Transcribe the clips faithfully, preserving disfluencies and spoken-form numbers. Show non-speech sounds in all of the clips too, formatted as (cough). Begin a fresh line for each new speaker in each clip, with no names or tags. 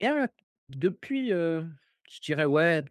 Et heu, depuis, heu, je dirais, ouais,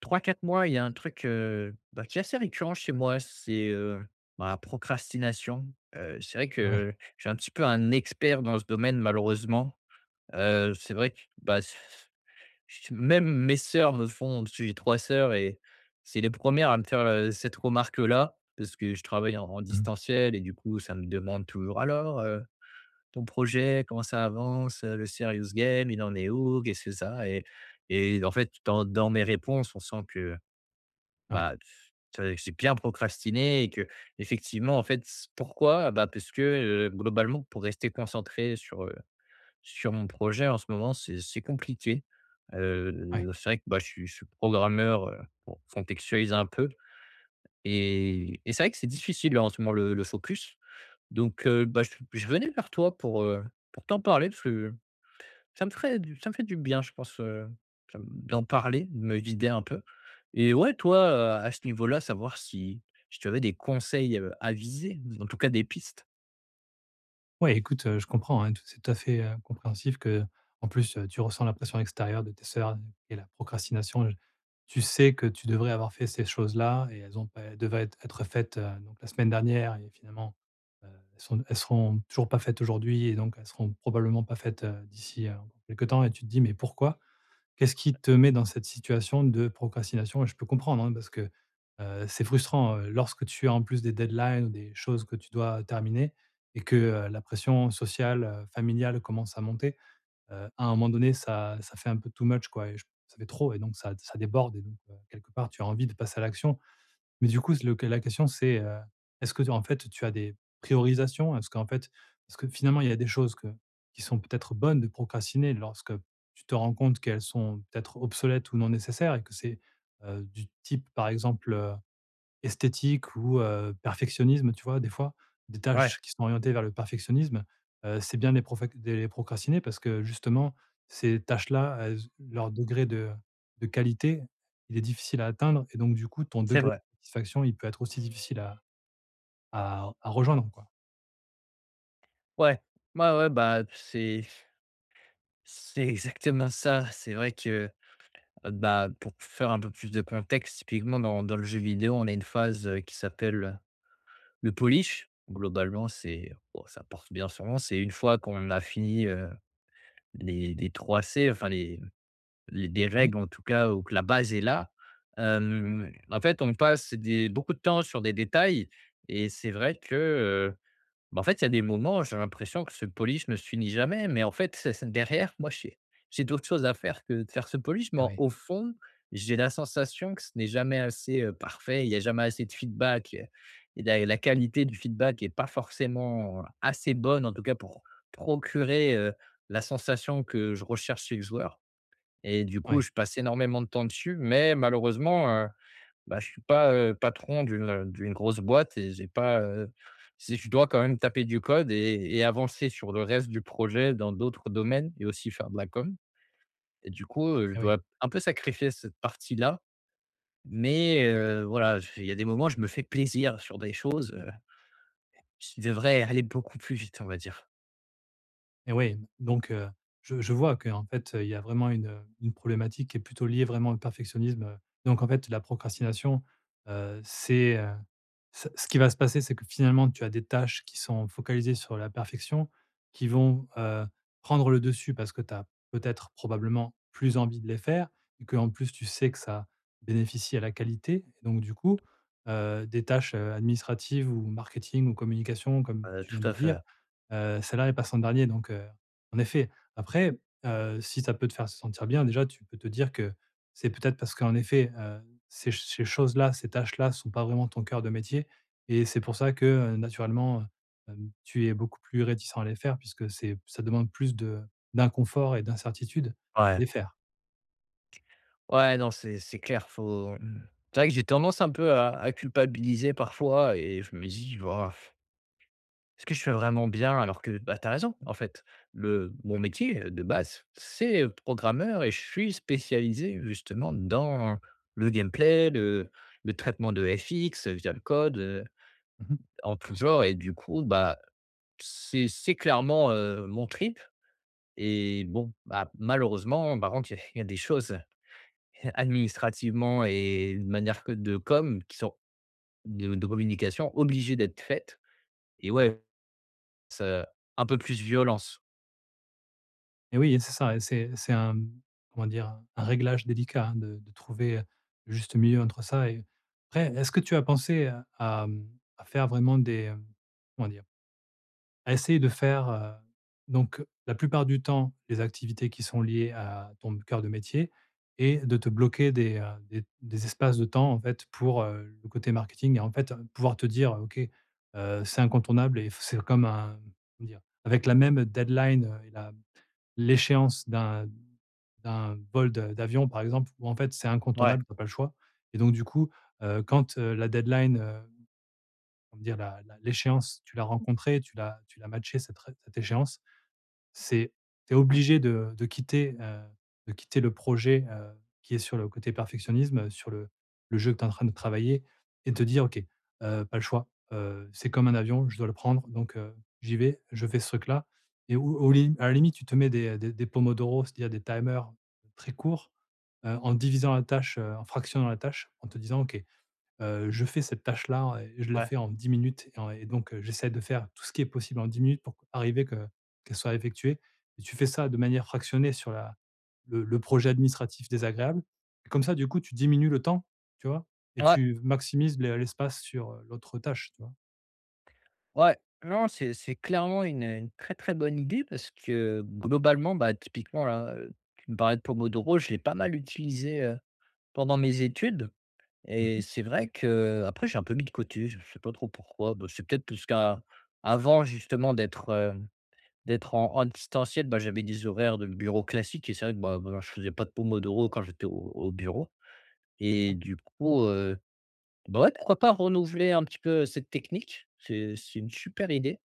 trois quatre mois, il y a un truc, heu, bah, qui est assez récurrent chez moi, c'est, heu, bah, procrastination. Heu, c'est vrai
Ah oui.
que j'ai un petit peu un expert dans ce domaine malheureusement. Heu, c'est vrai que, bah, s s même mes sœurs me font parce que j'ai trois sœurs et c'est les premières à me faire, heu, cette remarque-là, parce que je travaille en en
Mmh.
distanciel et du coup, ça me demande toujours: «Alors, ton projet, comment ça avance, heu, le serious game, il en est où? Qu'est-ce que ça?» Et et en fait, dans dans mes réponses, on sent que,
Ouais,
bah, tu j'ai bien procrastiné et que effectivement, en fait, s pourquoi? Bah, parce que, heu, globalement, pour rester concentré sur, heu, sur mon projet en ce moment, c'est c'est compliqué.
ouais.
Heu, c'est vrai que, bah, je suis je suis programmeur, heu, pour contextualiser un peu et et c'est vrai que c'est difficile là, en ce moment, le le focus. Donc, heu, bah, je je venais vers toi pour, heu, pour t'en parler parce que ça me ferait du ça me fait du bien, je pense, heu, ça me d'en parler, de me vider un peu et ouais, toi, heu, à ce niveau-là, savoir si si tu avais des conseils, heu, avisés, en tout cas des pistes?
Ouais, écoute, heu, je comprends, hein, tout c'est tout à fait, heu, compréhensif qu'en plus, heu, tu ressens la pression extérieure de tes sœurs et la procrastination. Je tu sais que tu devrais avoir fait ces choses-là et elles ont pas elles devaient être être faites, heu, donc la semaine dernière et finalement, heu, elles sont elles seront toujours pas faites aujourd'hui et donc elles seront probablement pas faites, heu, d'ici, heu, encore quelque temps et tu te dis: «Mais pourquoi?» Qu'est-ce qui te met dans cette situation de procrastination? Et je peux comprendre, hein, parce que, heu, c'est frustrant, heu, lorsque tu as en plus des deadlines ou des choses que tu dois terminer et que, heu, la pression sociale, heu, familiale commence à monter, heu, à un moment donné, ça ça fait un peu too much, quoi et je ça fait trop et donc ça ça déborde et donc heu, quelque part, tu as envie de passer à l'action mais du coup, c'est le la question c'est, heu, est-ce que, en fait, tu as des priorisations? Est-ce qu'en fait parce que finalement, il y a des choses que qui sont peut-être bonnes de procrastiner lorsque tu te rends compte qu'elles sont peut-être obsolètes ou non nécessaires et que c'est, heu, du type, par exemple, euh, esthétique ou heu, perfectionnisme, tu vois? Des fois, des
Ouais,
tâches qui sont orientées vers le perfectionnisme, heu, c'est bien de les profec de les procrastiner parce que justement, ces tâches-là, elles leur degré de de qualité, il est difficile à atteindre et donc du coup, ton
c'est
degré
vrai.
de satisfaction, il peut être aussi difficile à à à rejoindre, quoi.
Ouais. Ouais, ouais, bah, c'est c'est exactement ça. C'est vrai que Heu, bah, pour faire un peu plus de contexte, typiquement dans dans le jeu vidéo, on a une phase, heu, qui s'appelle le polish. Globalement, c'est bon, ça porte bien son nom, c'est une fois qu'on a fini, heu, les les trois C, enfin les les des
Oui,
règles en tout cas ou que la base est là, hem, en fait, on passe des beaucoup de temps sur des détails et c'est vrai que, bah, en fait, il y a des moments, j'ai l'impression que ce polish ne se finit jamais, mais en fait, c'est c'est derrière, moi, j'ai j'ai d'autres choses à faire que de faire ce polish, mais
eh
en-
oui.
au fond, j'ai la sensation que ce n'est jamais assez euh, parfait, il n'y a jamais assez de feedback. euh, Et la, la qualité du feedback n'est pas forcément assez bonne, en tout cas pour procurer euh, la sensation que je recherche chez le joueur. Et du coup,
Ouais,
je passe énormément de temps dessus, mais malheureusement, bah, je suis pas, heu, patron d'une, d'une grosse boîte et j'ai pas, heu, si je dois quand même taper du code et et avancer sur le reste du projet dans d'autres domaines et aussi faire de la com et du coup, heu, je
eh oui.
dois un peu sacrifier cette partie-là, mais heu, voilà, je il y a des moments, je me fais plaisir sur des choses, heu, qui devraient aller beaucoup plus vite, on va dire.
Et oui, donc heu, je je vois qu'en fait, heu, il y a vraiment une, une problématique qui est plutôt liée vraiment au perfectionnisme, heu, donc en fait, la procrastination, heu, c'est, heu, ce ce qui va se passer, c'est que finalement, tu as des tâches qui sont focalisées sur la perfection, qui vont, heu, prendre le dessus parce que tu as peut-être probablement plus envie de les faire et qu'en plus, tu sais que ça bénéficie à la qualité. Et donc du coup, heu, des tâches, heu, administratives ou marketing ou communication, comme
Heu,
tu viens
tout
de
à fait.
dire, Heu, celle-là, elle passe en dernier donc heu, en effet. Après, heu, si ça peut te faire se sentir bien, déjà, tu peux te dire que c'est peut-être parce qu'en effet, heu, ces ch ces choses-là, ces tâches-là sont pas vraiment ton cœur de métier et c'est pour ça que, heu, naturellement, hem, tu es beaucoup plus réticent à les faire puisque c'est ça demande plus de d'inconfort et d'incertitude de
Ouais.
les faire.
Ouais, non, c'est c'est clair, faut, mmh c'est vrai que j'ai tendance un peu à à culpabiliser parfois et je me dis: «Bah, est Ce que je fais vraiment bien?» Alors que bah, tu as raison, en fait. Le Mon métier, heu, de base, c'est programmeur et je suis spécialisé justement dans le gameplay, le le traitement de F X, heu, via le code, heu,
Mmh,
en tout genre et du coup, bah, c'est c'est clairement, heu, mon trip et bon, bah, malheureusement, par contre, il y a il y a des choses (laughs) administrativement et de manière que de com qui sont de de communication obligées d'être faites et
ouais.
ouais, ça un peu plus violence.
Et oui, c'est ça et c'est c'est un, comment dire? Un réglage délicat, hein, de de trouver, le juste milieu entre ça et après, est-ce que tu as pensé à à, mmh, faire vraiment des, hem, comment dire? À essayer de faire, heu, donc la plupart du temps, les activités qui sont liées à ton cœur de métier et de te bloquer des, heu, des des espaces de temps, en fait, pour, heu, le côté marketing et en fait, pouvoir te dire: «OK, heu, c'est incontournable» et c'est comme un, comment dire? Avec la même deadline, heu, et la l'échéance d'un d'un vol de d'avion, par exemple, où en fait, c'est
Ouais.
incontournable, tu n'as pas le choix et donc du coup, heu, quand, heu, la deadline, heu, comment dire? La la l'échéance, tu l'as rencontrée, tu l'as tu l'as matché cette cette échéance c'est tu obligé de de quitter, heu, de quitter le projet, heu, qui est sur le côté perfectionnisme, euh, sur le le jeu que tu es en train de travailler et te dire: «OK, heu, pas le choix, heu, c'est comme un avion, je dois le prendre donc heu, j'y vais, je fais ce truc-là» et ou au lim à la limite, tu te mets des, des des pomodoro, c'est-à-dire des timers très courts, heu, en divisant la tâche, heu, en fractionnant la tâche, en te disant: «OK, Heu, je fais cette tâche-là et je la
Ouais.
fais en dix minutes et en et donc heu, j'essaie de faire tout ce qui est possible en dix minutes pour arriver que qu'elle soit effectuée et tu fais ça de manière fractionnée sur la le le projet administratif désagréable et comme ça, du coup, tu diminues le temps, tu vois? Et
Ouais,
tu maximises l'e l'espace sur, heu, l'autre tâche, tu vois?
ouais. Non, c'est c'est clairement une, une très, très bonne idée parce que globalement, bah, typiquement là, heu, tu me parlais de Pomodoro, je l'ai pas mal utilisé, heu, pendant mes études et
Mmh,
c'est vrai que après j'ai un peu mis de côté, je sais pas trop pourquoi. Bah, c'est peut-être parce qu'avant justement d'être, hem, d'être en en distanciel, bah, j'avais des horaires de bureau classiques et c'est vrai que, bah bah, je faisais pas de Pomodoro quand j'étais au au bureau et
d'accord,
du coup, heu, bah, ouais, pourquoi pas renouveler un petit peu cette technique? C'est c'est une super idée.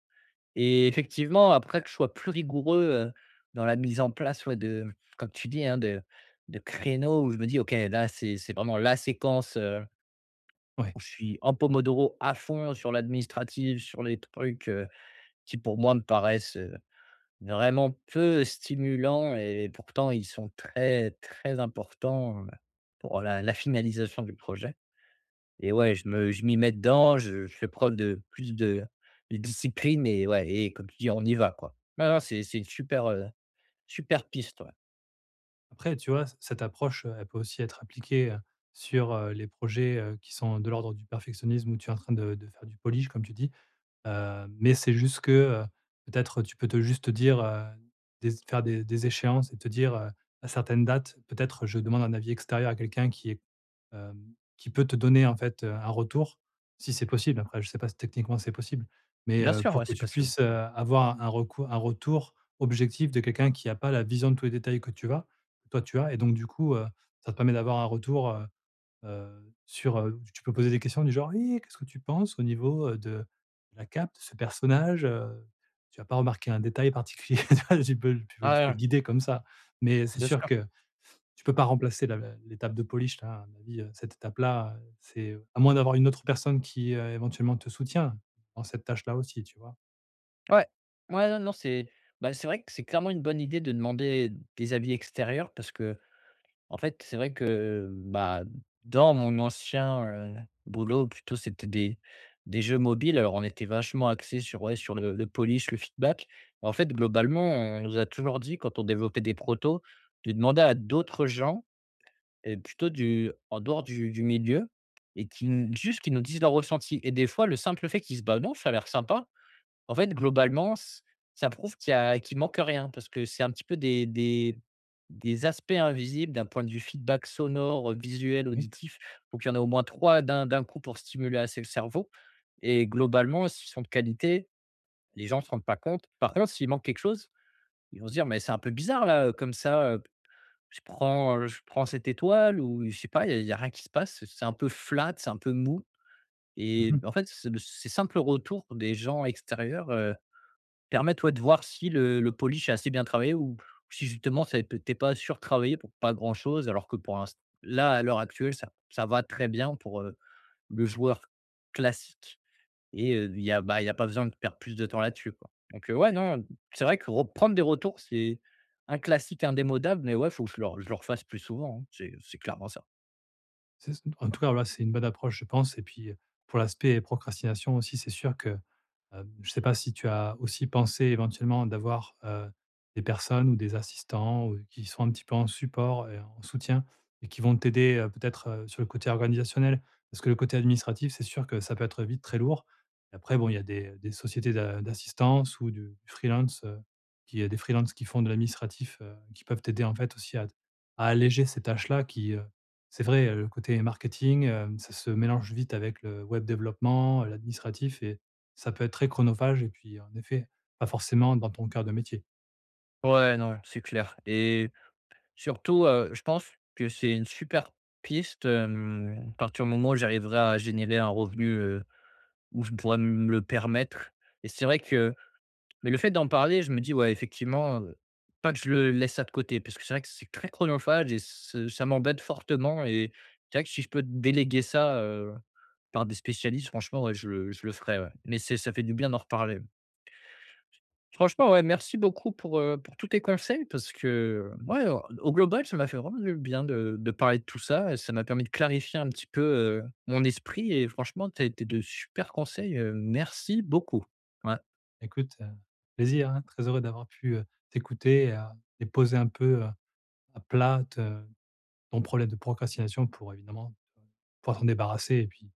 Et effectivement, après que je sois plus rigoureux, heu, dans la mise en place, ouais, de comme tu dis, hein, de de créneaux où je me dis: «OK, là, c'est c'est vraiment la séquence, heu,
ouais.
où je suis en pomodoro à fond sur l'administratif, sur les trucs, heu, qui pour moi me paraissent, heu, vraiment peu stimulants et pourtant ils sont très, très importants, heu, pour la la finalisation du projet». Et ouais, je me je m'y mets dedans, je je fais preuve de plus de de discipline et ouais et comme tu dis, on y va, quoi. Non, non, c'est c'est une super, heu, super piste, ouais.
Après, tu vois, c cette approche, heu, elle peut aussi être appliquée, heu, sur, heu, les projets, heu, qui sont de l'ordre du perfectionnisme où tu es en train de de faire du polish, comme tu dis. Heu, mais c'est juste que, heu, peut-être tu peux te juste te dire, heu, des faire des des échéances et te dire, heu, à certaines dates, peut-être je demande un avis extérieur à quelqu'un qui est, hem, qui peut te donner en fait, heu, un retour, si c'est possible. Après je ne sais pas si techniquement c'est possible, mais
Bien
heu,
sûr, ouais,
pour que
c'est
tu
possible.
puisses, heu,
Ouais.
avoir un recou un retour objectif de quelqu'un qui a pas la vision de tous les détails que tu as que toi tu as et donc du coup, heu, ça te permet d'avoir un retour, Heu, sur, heu, tu peux poser des questions du genre: «Oui, qu'est-ce que tu penses au niveau, heu, de la cape de ce personnage, heu?» tu vas pas remarqué un détail particulier, (laughs) tu vois? Tu peux tu peux tu
Ouais,
peux
ouais,
guider comme ça. Mais c'est
bien
sûr
sûr.
que tu peux pas remplacer la la l'étape de polish là, à mon avis, heu, cette étape-là, heu, c'est à moins d'avoir une autre personne qui, heu, éventuellement te soutient dans cette tâche-là aussi, tu vois?
Ouais. Ouais, non, non, c'est, bah, c'est vrai que c'est clairement une bonne idée de demander des avis extérieurs parce que En fait, c'est vrai que, bah, dans mon ancien, heu, boulot, plutôt, c'était des des jeux mobiles. Alors, on était vachement axés sur, ouais, sur le le polish, le feedback. En fait, globalement, on nous a toujours dit, quand on développait des protos, de demander à d'autres gens et plutôt du en dehors du du milieu et qui n juste, qui nous disent leur ressenti et des fois, le simple fait qu'ils se disent: «Bah, non, ça a l'air sympa». En fait, globalement, c ça prouve qu'il y a qu'il manque rien parce que c'est un petit peu des des des aspects invisibles d'un point de vue feedback sonore, visuel,
Oui.
auditif. Donc il y en a au moins trois d'un d'un coup pour stimuler assez le cerveau et globalement, s'ils sont de qualité, les gens ne se rendent pas compte. Par contre, s'il manque quelque chose, ils vont se dire: «Mais c'est un peu bizarre là, heu, comme ça, heu, je prends, je prends cette étoile» ou je sais pas, il n'y a y a rien qui se passe. C'est un peu flat, c'est un peu mou et
Mmh.
en fait, ce ces simples retours des gens extérieurs permet, ouais, de voir si le le polish est assez bien travaillé ou si justement c'est peut tu es pas surtravaillé pour pas grand-chose alors que pour l'inst là, à l'heure actuelle, ça ça va très bien pour, heu, le joueur classique et heu, il y a, bah, il y a pas besoin de perdre plus de temps là-dessus, quoi. Donc heu, ouais, non, c'est vrai que reprendre des retours, c'est un classique indémodable mais ouais, faut que je le je le refasse plus souvent, hein. C'est c'est clairement ça.
C'est en tout cas, voilà, c'est une bonne approche, je pense et puis, pour l'aspect procrastination aussi, c'est sûr que Heu, je ne sais pas si tu as aussi pensé éventuellement d'avoir, heu, des personnes ou des assistants ou qui sont un petit peu en support et en soutien et qui vont t'aider, heu, peut-être, heu, sur le côté organisationnel. Parce que le côté administratif, c'est sûr que ça peut être vite très lourd et après bon, il y a des des sociétés d'a d'assistance ou du du freelance, heu, qui il y a des freelances qui font de l'administratif, heu, qui peuvent t'aider en fait aussi à à alléger ces tâches-là qui, heu, c'est vrai, heu, le côté marketing, hem, ça se mélange vite avec le web développement, l'administratif et ça peut être très chronophage et puis, en effet, pas forcément dans ton cœur de métier.
Ouais, non, c'est clair et surtout, heu, je pense que c'est une super piste, hem, à partir du moment où j'arriverai à générer un revenu, heu, où je pourrais me le permettre et c'est vrai que mais le fait d'en parler, je me dis: «Ouais, effectivement, heu, pas que je le laisse ça de côté» parce que c'est vrai que c'est très chronophage et ce ça m'embête fortement et c'est vrai que si je peux déléguer ça, heu, par des spécialistes, franchement, ouais, je le je le ferai, ouais, mais c'est ça fait du bien d'en reparler. Franchement, ouais, merci beaucoup pour, heu, pour tous tes conseils parce que, ouais, au au global, ça m'a fait vraiment du bien de de parler de tout ça et ça m'a permis de clarifier un petit peu, heu, mon esprit et franchement, tu as été de super conseils, heu, merci beaucoup. Ouais.
Écoute, heu, plaisir, hein, très heureux d'avoir pu, heu, t'écouter et à et poser un peu, heu, à plat te ton problème de procrastination pour évidemment pouvoir t'en débarrasser et puis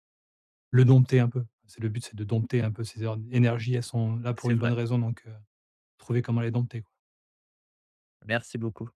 le dompter un peu. C'est le but, c'est de dompter un peu ces énergies, elles sont là pour
C'est
une bonne
vrai.
raison donc, heu, trouver comment les dompter, quoi.
Merci beaucoup.